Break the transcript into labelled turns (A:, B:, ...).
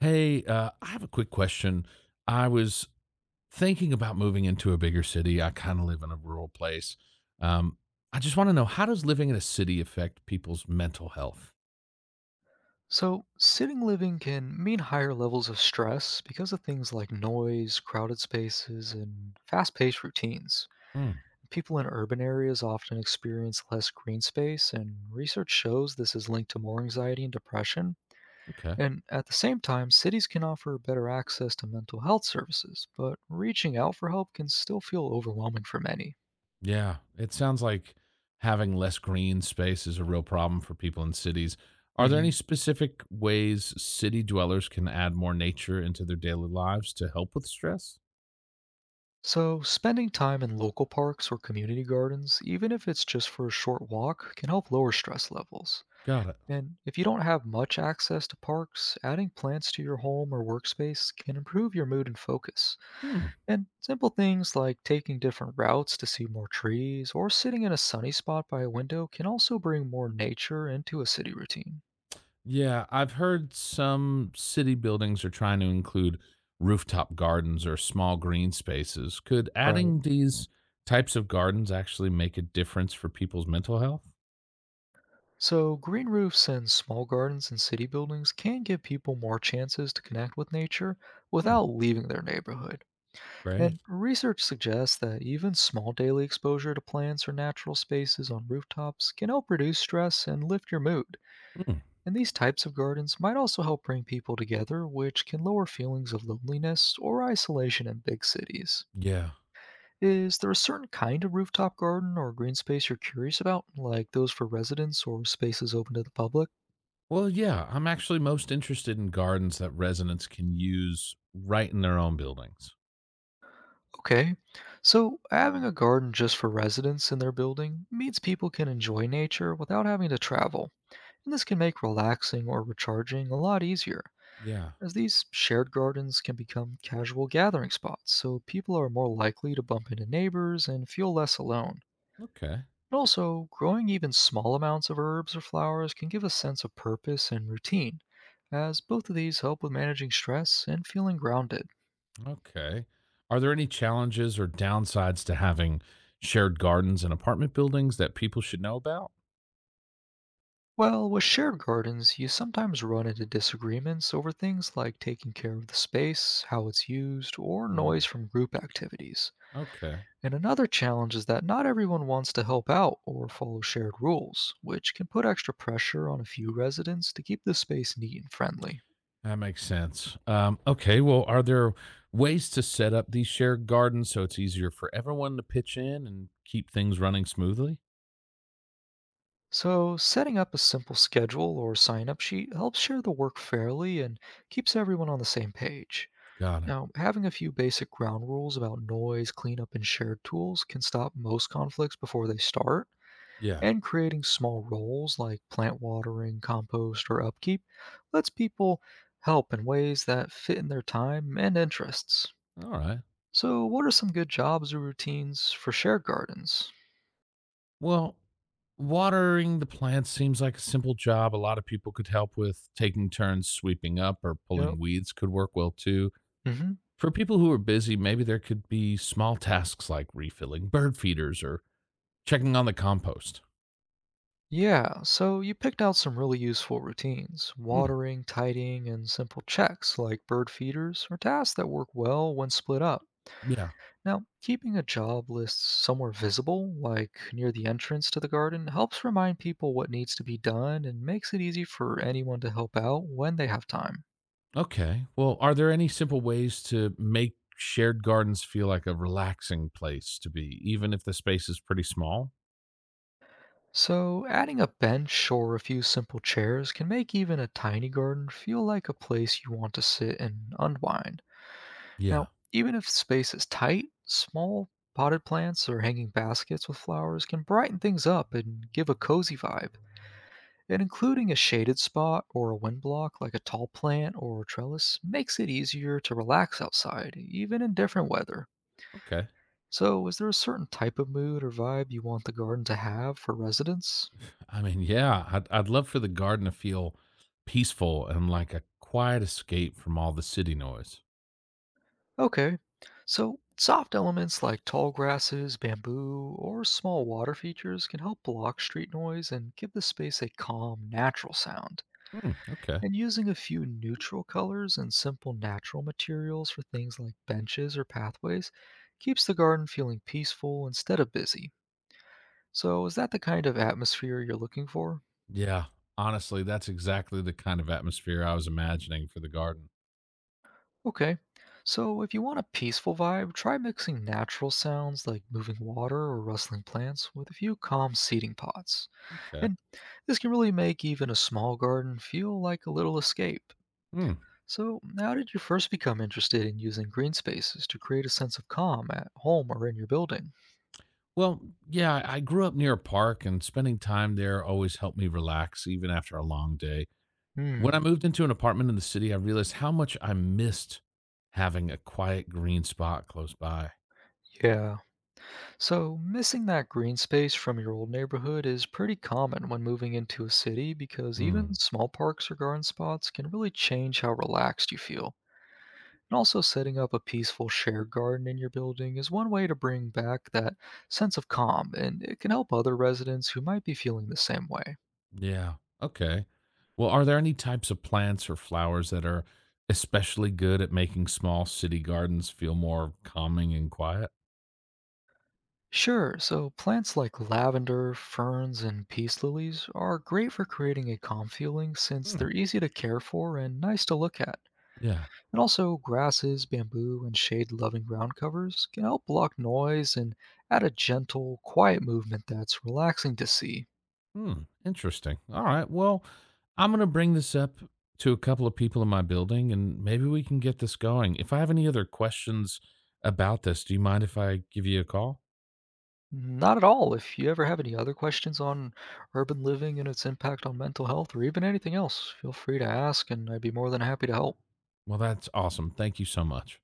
A: Hey, I have a quick question. I was thinking about moving into a bigger city. I kind of live in a rural place. Um, I just want to know, how does living in a city affect people's mental health?
B: So, sitting living can mean higher levels of stress because of things like noise, crowded spaces, and fast paced routines.
A: Hmm.
B: People in urban areas often experience less green space, and research shows this is linked to more anxiety and depression.
A: Okay.
B: And at the same time, cities can offer better access to mental health services, but reaching out for help can still feel overwhelming for many.
A: Yeah, it sounds like having less green space is a real problem for people in cities. Are there
B: Mhm.
A: any specific ways city dwellers can add more nature into their daily lives to help with stress?
B: So, spending time in local parks or community gardens, even if it's just for a short walk, can help lower stress levels.
A: Got it.
B: And if you don't have much access to parks, adding plants to your home or workspace can improve your mood and focus.
A: Hmm.
B: And simple things like taking different routes to see more trees or sitting in a sunny spot by a window can also bring more nature into a city routine.
A: Yeah, I've heard some city buildings are trying to include rooftop gardens or small green spaces. Could
B: Right.
A: adding these types of gardens actually make a difference for people's mental health?
B: So, green roofs and small gardens in city buildings can give people more chances to connect with nature
A: Hmm,
B: without leaving their neighborhood.
A: great.
B: And research suggests that even small daily exposure to plants or natural spaces on rooftops can help reduce stress and lift your mood.
A: Hmm,
B: And these types of gardens might also help bring people together, which can lower feelings of loneliness or isolation in big cities.
A: yeah.
B: Is there a certain kind of rooftop garden or green space you're curious about, like those for residents or spaces open to the public?
A: Well, yeah, I'm actually most interested in gardens that residents can use right in their own buildings.
B: Okay, so having a garden just for residents in their building means people can enjoy nature without having to travel, and this can make relaxing or recharging a lot easier,
A: Yeah.
B: as these shared gardens can become casual gathering spots, so people are more likely to bump into neighbors and feel less alone.
A: Okay.
B: And also, growing even small amounts of herbs or flowers can give a sense of purpose and routine, as both of these help with managing stress and feeling grounded.
A: Okay. Are there any challenges or downsides to having shared gardens in apartment buildings that people should know about?
B: Well, with shared gardens, you sometimes run into disagreements over things like taking care of the space, how it's used, or
A: Mm,
B: noise from group activities.
A: okay.
B: And another challenge is that not everyone wants to help out or follow shared rules, which can put extra pressure on a few residents to keep the space neat and friendly.
A: That makes sense. Okay, well, are there ways to set up these shared gardens so it's easier for everyone to pitch in and keep things running smoothly?
B: So, setting up a simple schedule or sign up sheet helps share the work fairly and keeps everyone on the same page.
A: Got it.
B: Now, having a few basic ground rules about noise, cleanup, and shared tools can stop most conflicts before they start.
A: Yeah.
B: And creating small roles like plant watering, compost, or upkeep lets people help in ways that fit in their time and interests.
A: All right.
B: So, what are some good jobs or routines for shared gardens?
A: Well, watering the plants seems like a simple job a lot of people could help with. Taking turns sweeping up or pulling
B: Yep.
A: weeds could work well too.
B: hmm
A: For people who are busy, maybe there could be small tasks like refilling bird feeders or checking on the compost.
B: Yeah, so you picked out some really useful routines
A: Hmm.
B: watering, tidying, and simple checks like bird feeders or tasks that work well when split up.
A: Yeah.
B: Now, keeping a job list somewhere visible, like near the entrance to the garden, helps remind people what needs to be done and makes it easy for anyone to help out when they have time.
A: Okay. Well, are there any simple ways to make shared gardens feel like a relaxing place to be, even if the space is pretty small?
B: So, adding a bench or a few simple chairs can make even a tiny garden feel like a place you want to sit and unwind.
A: Yeah.
B: Now, even if space is tight, small potted plants or hanging baskets with flowers can brighten things up and give a cozy vibe. And including a shaded spot or a wind block like a tall plant or a trellis makes it easier to relax outside, even in different weather.
A: Okay.
B: So, is there a certain type of mood or vibe you want the garden to have for residents?
A: I mean, yeah, I'd love for the garden to feel peaceful and like a quiet escape from all the city noise.
B: Okay, so soft elements like tall grasses, bamboo, or small water features can help block street noise and give the space a calm, natural sound.
A: Hmm, okay.
B: And using a few neutral colors and simple natural materials for things like benches or pathways keeps the garden feeling peaceful instead of busy. So, is that the kind of atmosphere you're looking for?
A: Yeah. Honestly, that's exactly the kind of atmosphere I was imagining for the garden.
B: Okay, so if you want a peaceful vibe, try mixing natural sounds like moving water or rustling plants with a few calm seating pots.
A: Okay.
B: And this can really make even a small garden feel like a little escape.
A: Hmm.
B: So, how did you first become interested in using green spaces to create a sense of calm at home or in your building?
A: Well, yeah, I grew up near a park and spending time there always helped me relax even after a long day. When I
B: Hmm,
A: moved into an apartment in the city, I realized how much I missed having a quiet green spot close by.
B: yeah. So, missing that green space from your old neighborhood is pretty common when moving into a city because even
A: Hmm.
B: small parks or garden spots can really change how relaxed you feel. And also, setting up a peaceful shared garden in your building is one way to bring back that sense of calm, and it can help other residents who might be feeling the same way.
A: Yeah. Okay. Well, are there any types of plants or flowers that are especially good at making small city gardens feel more calming and quiet?
B: Sure, so plants like lavender, ferns, and peace lilies are great for creating a calm feeling since
A: Hmm.
B: they're easy to care for and nice to look at.
A: Yeah.
B: And also, grasses, bamboo, and shade loving ground covers can help block noise and add a gentle, quiet movement that's relaxing to see.
A: Hmm. Interesting. All right. Well, I'm going to bring this up to a couple of people in my building and maybe we can get this going. If I have any other questions about this, do you mind if I give you a call?
B: Not at all. If you ever have any other questions on urban living and its impact on mental health or even anything else, feel free to ask, and I'd be more than happy to help.
A: Well, that's awesome. Thank you so much.